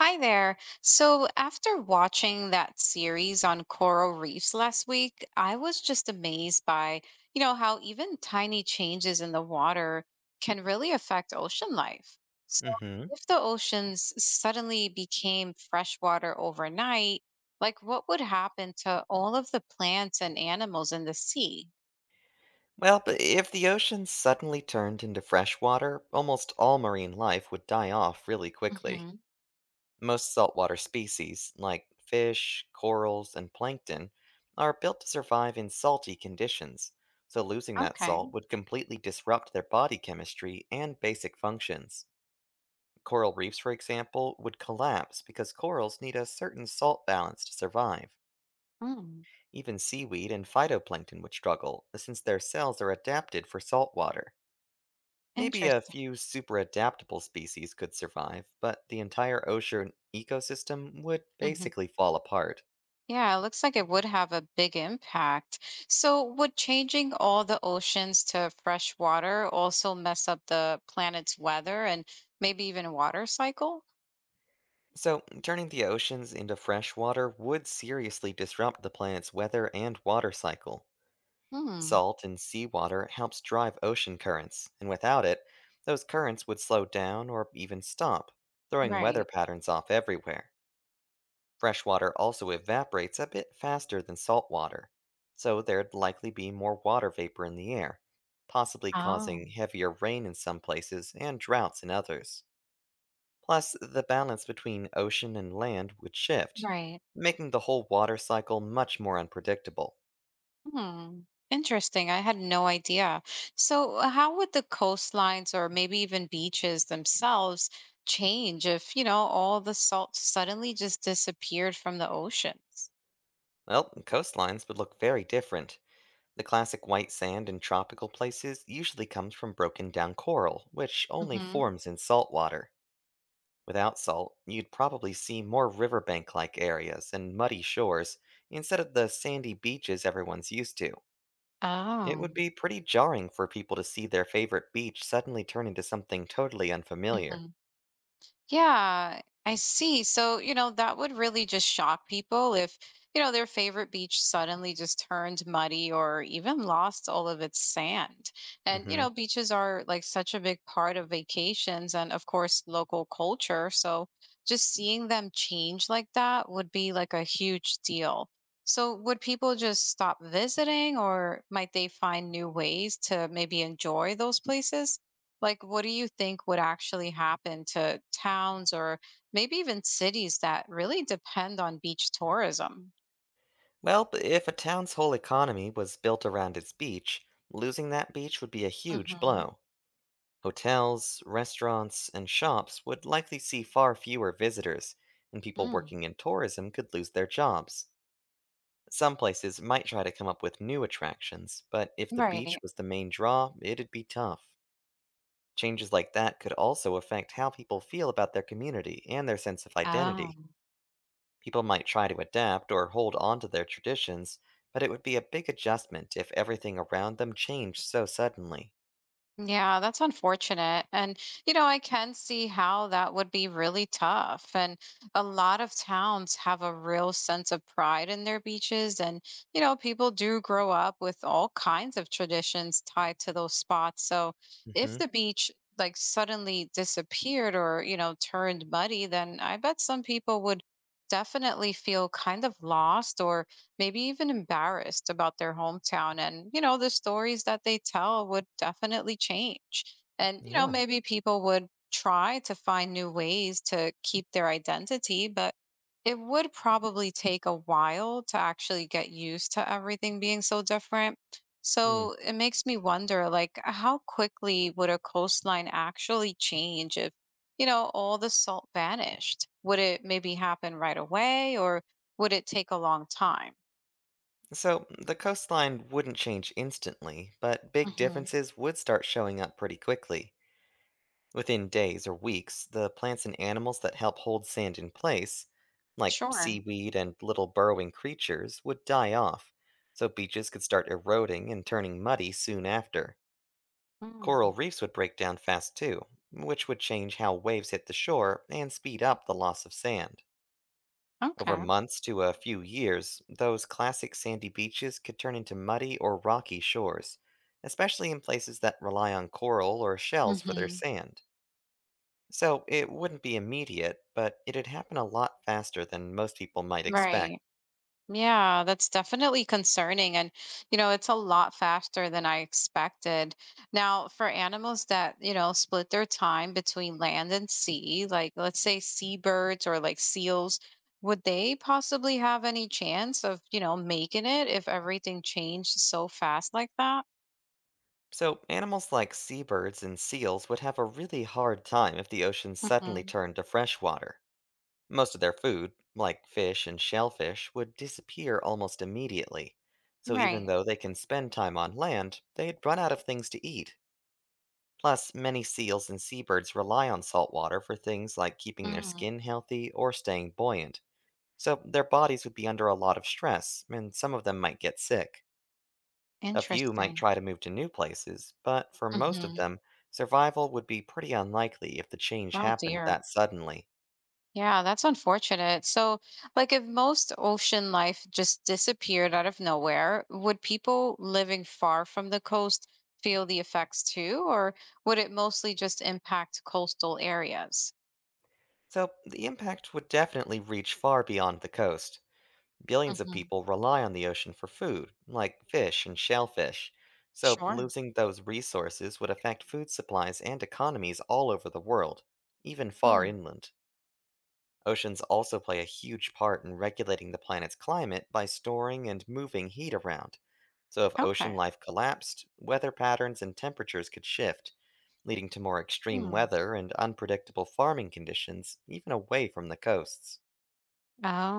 Hi there. So, after watching that series on coral reefs last week, I was just amazed by how even tiny changes in the water can really affect ocean life. So, hmm if the oceans suddenly became freshwater overnight, like what would happen to all of the plants and animals in the sea? Well, but if the ocean suddenly turned into fresh water, almost all marine life would die off really quickly. Hmm. Most saltwater species, like fish, corals, and plankton, are built to survive in salty conditions, so losing that Okay. salt would completely disrupt their body chemistry and basic functions. Coral reefs, for example, would collapse because corals need a certain salt balance to survive. Mm, Even seaweed and phytoplankton would struggle, since their cells are adapted for salt water. Maybe a interesting. few super adaptable species could survive, but the entire ocean ecosystem would basically fall apart. Yeah, it looks like it would have a big impact. So, would changing all the oceans to fresh water also mess up the planet's weather and maybe even water cycle? So, turning the oceans into fresh water would seriously disrupt the planet's weather and water cycle. Hmm, Salt and seawater helps drive ocean currents, and without it, those currents would slow down or even stop, throwing weather right. patterns off everywhere. Fresh water also evaporates a bit faster than salt water, so there'd likely be more water vapor in the air, possibly Oh, causing heavier rain in some places and droughts in others. Plus, the balance between ocean and land would shift, right. making the whole water cycle much more unpredictable. Hmm, interesting. I had no idea. So, how would the coastlines or maybe even beaches themselves change if all the salt suddenly just disappeared from the oceans? Well, coastlines would look very different. The classic white sand in tropical places usually comes from broken down coral, which only Mm-hmm. forms in salt water. Without salt, you'd probably see more riverbank like areas and muddy shores instead of the sandy beaches everyone's used to. It Oh. would be pretty jarring for people to see their favorite beach suddenly turn into something totally unfamiliar. Mm-hmm. Yeah, I see. So, that would really just shock people if their favorite beach suddenly just turned muddy or even lost all of its sand. And, you Hmm know, beaches are like such a big part of vacations and, of course, local culture. So just seeing them change like that would be like a huge deal. So, would people just stop visiting or might they find new ways to maybe enjoy those places? Like what do you think would actually happen to towns or maybe even cities that really depend on beach tourism? Well, if a town's whole economy was built around its beach, losing that beach would be a huge Hmm. blow. Hotels, restaurants, and shops would likely see far fewer visitors, and people Mm. working in tourism could lose their jobs. Some places might try to come up with new attractions, but if the beach Right. was the main draw, it'd be tough. Changes like that could also affect how people feel about their community and their sense of Oh. identity. People might try to adapt or hold on to their traditions, but it would be a big adjustment if everything around them changed so suddenly. Yeah, that's unfortunate. And I can see how that would be really tough. And a lot of towns have a real sense of pride in their beaches. And people do grow up with all kinds of traditions tied to those spots. So if hmm the beach like suddenly disappeared or turned muddy, then I bet some people would definitely feel kind of lost or maybe even embarrassed about their hometown. And the stories that they tell would definitely change. And Yeah. maybe people would try to find new ways to keep their identity, but it would probably take a while to actually get used to everything being so different. Hmm. So it makes me wonder like how quickly would a coastline actually change if all the salt vanished? Would it maybe happen right away or would it take a long time? So the coastline wouldn't change instantly, but big Mhm. differences would start showing up pretty quickly. Within days or weeks, the plants and animals that help hold sand in place, like Sure. seaweed and little burrowing creatures, would die off, so beaches could start eroding and turning muddy soon after. Coral Mm. reefs would break down fast too, which would change how waves hit the shore and speed up the loss of sand. Over Okay. months to a few years, those classic sandy beaches could turn into muddy or rocky shores, especially in places that rely on coral or shells for their Hmm. sand. So it wouldn't be immediate, but it'd happen a lot faster than most people might expect. Right. Yeah, that's definitely concerning. And it's a lot faster than I expected. Now, for animals that split their time between land and sea, like let's say seabirds or like seals, would they possibly have any chance of making it if everything changed so fast like that? So animals like seabirds and seals would have a really hard time if the ocean suddenly Hmm. turned to fresh water. Most of their food, like fish and shellfish, would disappear almost immediately. So even Right. though they can spend time on land, they'd run out of things to eat. Plus, many seals and seabirds rely on salt water for things like keeping their Mm. skin healthy or staying buoyant. So their bodies would be under a lot of stress, and some of them might get sick. A few might Interesting. try to move to new places, but for most of Hmm. them, survival would be pretty unlikely if the change Oh, happened dear. that suddenly. Yeah, that's unfortunate. So, like, if most ocean life just disappeared out of nowhere, would people living far from the coast feel the effects too, or would it mostly just impact coastal areas? So the impact would definitely reach far beyond the coast. Billions of Hmm. people rely on the ocean for food, like fish and shellfish. So Sure. losing those resources would affect food supplies and economies all over the world, even far Hmm. inland. Oceans also play a huge part in regulating the planet's climate by storing and moving heat around. So, if ocean Okay. life collapsed, weather patterns and temperatures could shift, leading to more extreme Hmm. weather and unpredictable farming conditions, even away from the coasts.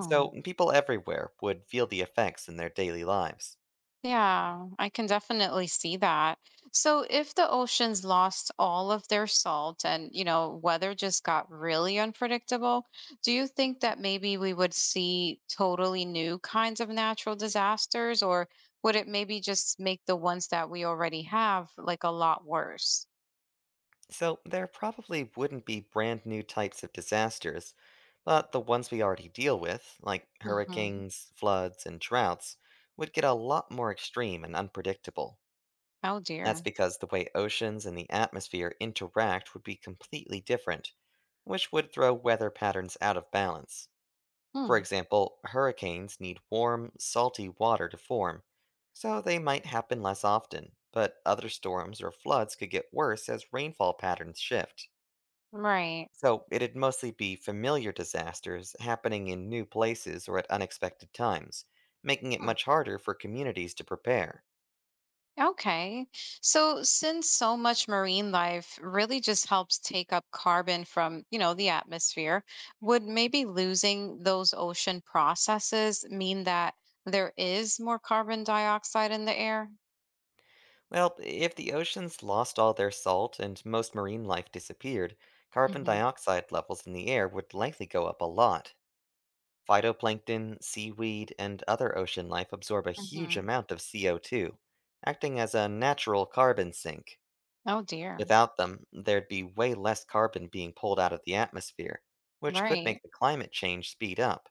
So, people everywhere would feel the effects in their daily lives. Yeah, I can definitely see that. So if the oceans lost all of their salt and weather just got really unpredictable, do you think that maybe we would see totally new kinds of natural disasters, or would it maybe just make the ones that we already have like a lot worse? So, there probably wouldn't be brand new types of disasters, but the ones we already deal with, like Hmm. hurricanes, floods, and droughts, would get a lot more extreme and unpredictable. Oh That's dear. because the way oceans and the atmosphere interact would be completely different, which would throw weather patterns out of balance. For Hmm. example, hurricanes need warm, salty water to form, so they might happen less often, but other storms or floods could get worse as rainfall patterns shift. Right. So it'd mostly be familiar disasters happening in new places or at unexpected times, making it much harder for communities to prepare. Okay. So since so much marine life really just helps take up carbon from the atmosphere, would maybe losing those ocean processes mean that there is more carbon dioxide in the air? Well, if the oceans lost all their salt and most marine life disappeared, carbon Hmm. dioxide levels in the air would likely go up a lot. Phytoplankton, seaweed, and other ocean life absorb a huge Hmm. amount of CO2, acting as a natural carbon sink. Oh dear. Without them, there'd be way less carbon being pulled out of the atmosphere, which could Right. make the climate change speed up.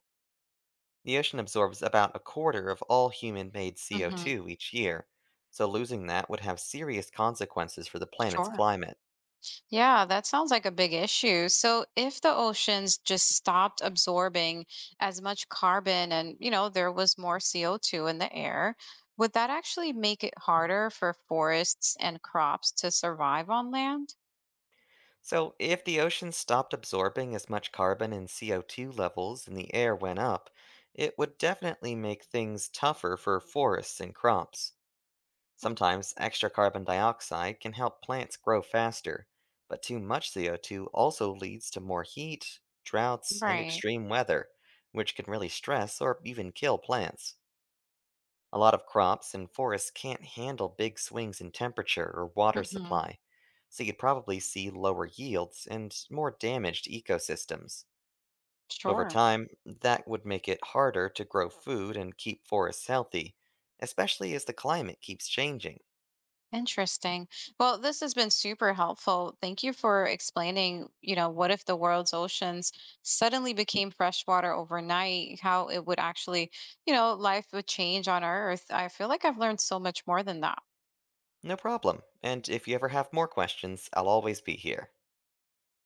The ocean absorbs about a quarter of all human made Hmm. CO2 each year, so losing that would have serious consequences for the planet's Sure. climate. Yeah, that sounds like a big issue. So if the oceans just stopped absorbing as much carbon and there was more CO2 in the air, would that actually make it harder for forests and crops to survive on land? So, if the oceans stopped absorbing as much carbon and CO2 levels and the air went up, it would definitely make things tougher for forests and crops. Sometimes extra carbon dioxide can help plants grow faster, but too much CO2 also leads to more heat, droughts, and Right. extreme weather, which can really stress or even kill plants. A lot of crops and forests can't handle big swings in temperature or water Hmm. supply, so you'd probably see lower yields and more damaged ecosystems. Over Sure. time, that would make it harder to grow food and keep forests healthy, especially as the climate keeps changing. Interesting. Well, this has been super helpful. Thank you for explaining what if the world's oceans suddenly became freshwater overnight, how it would actually life would change on Earth. I feel like I've learned so much more than that. No problem. And if you ever have more questions, I'll always be here.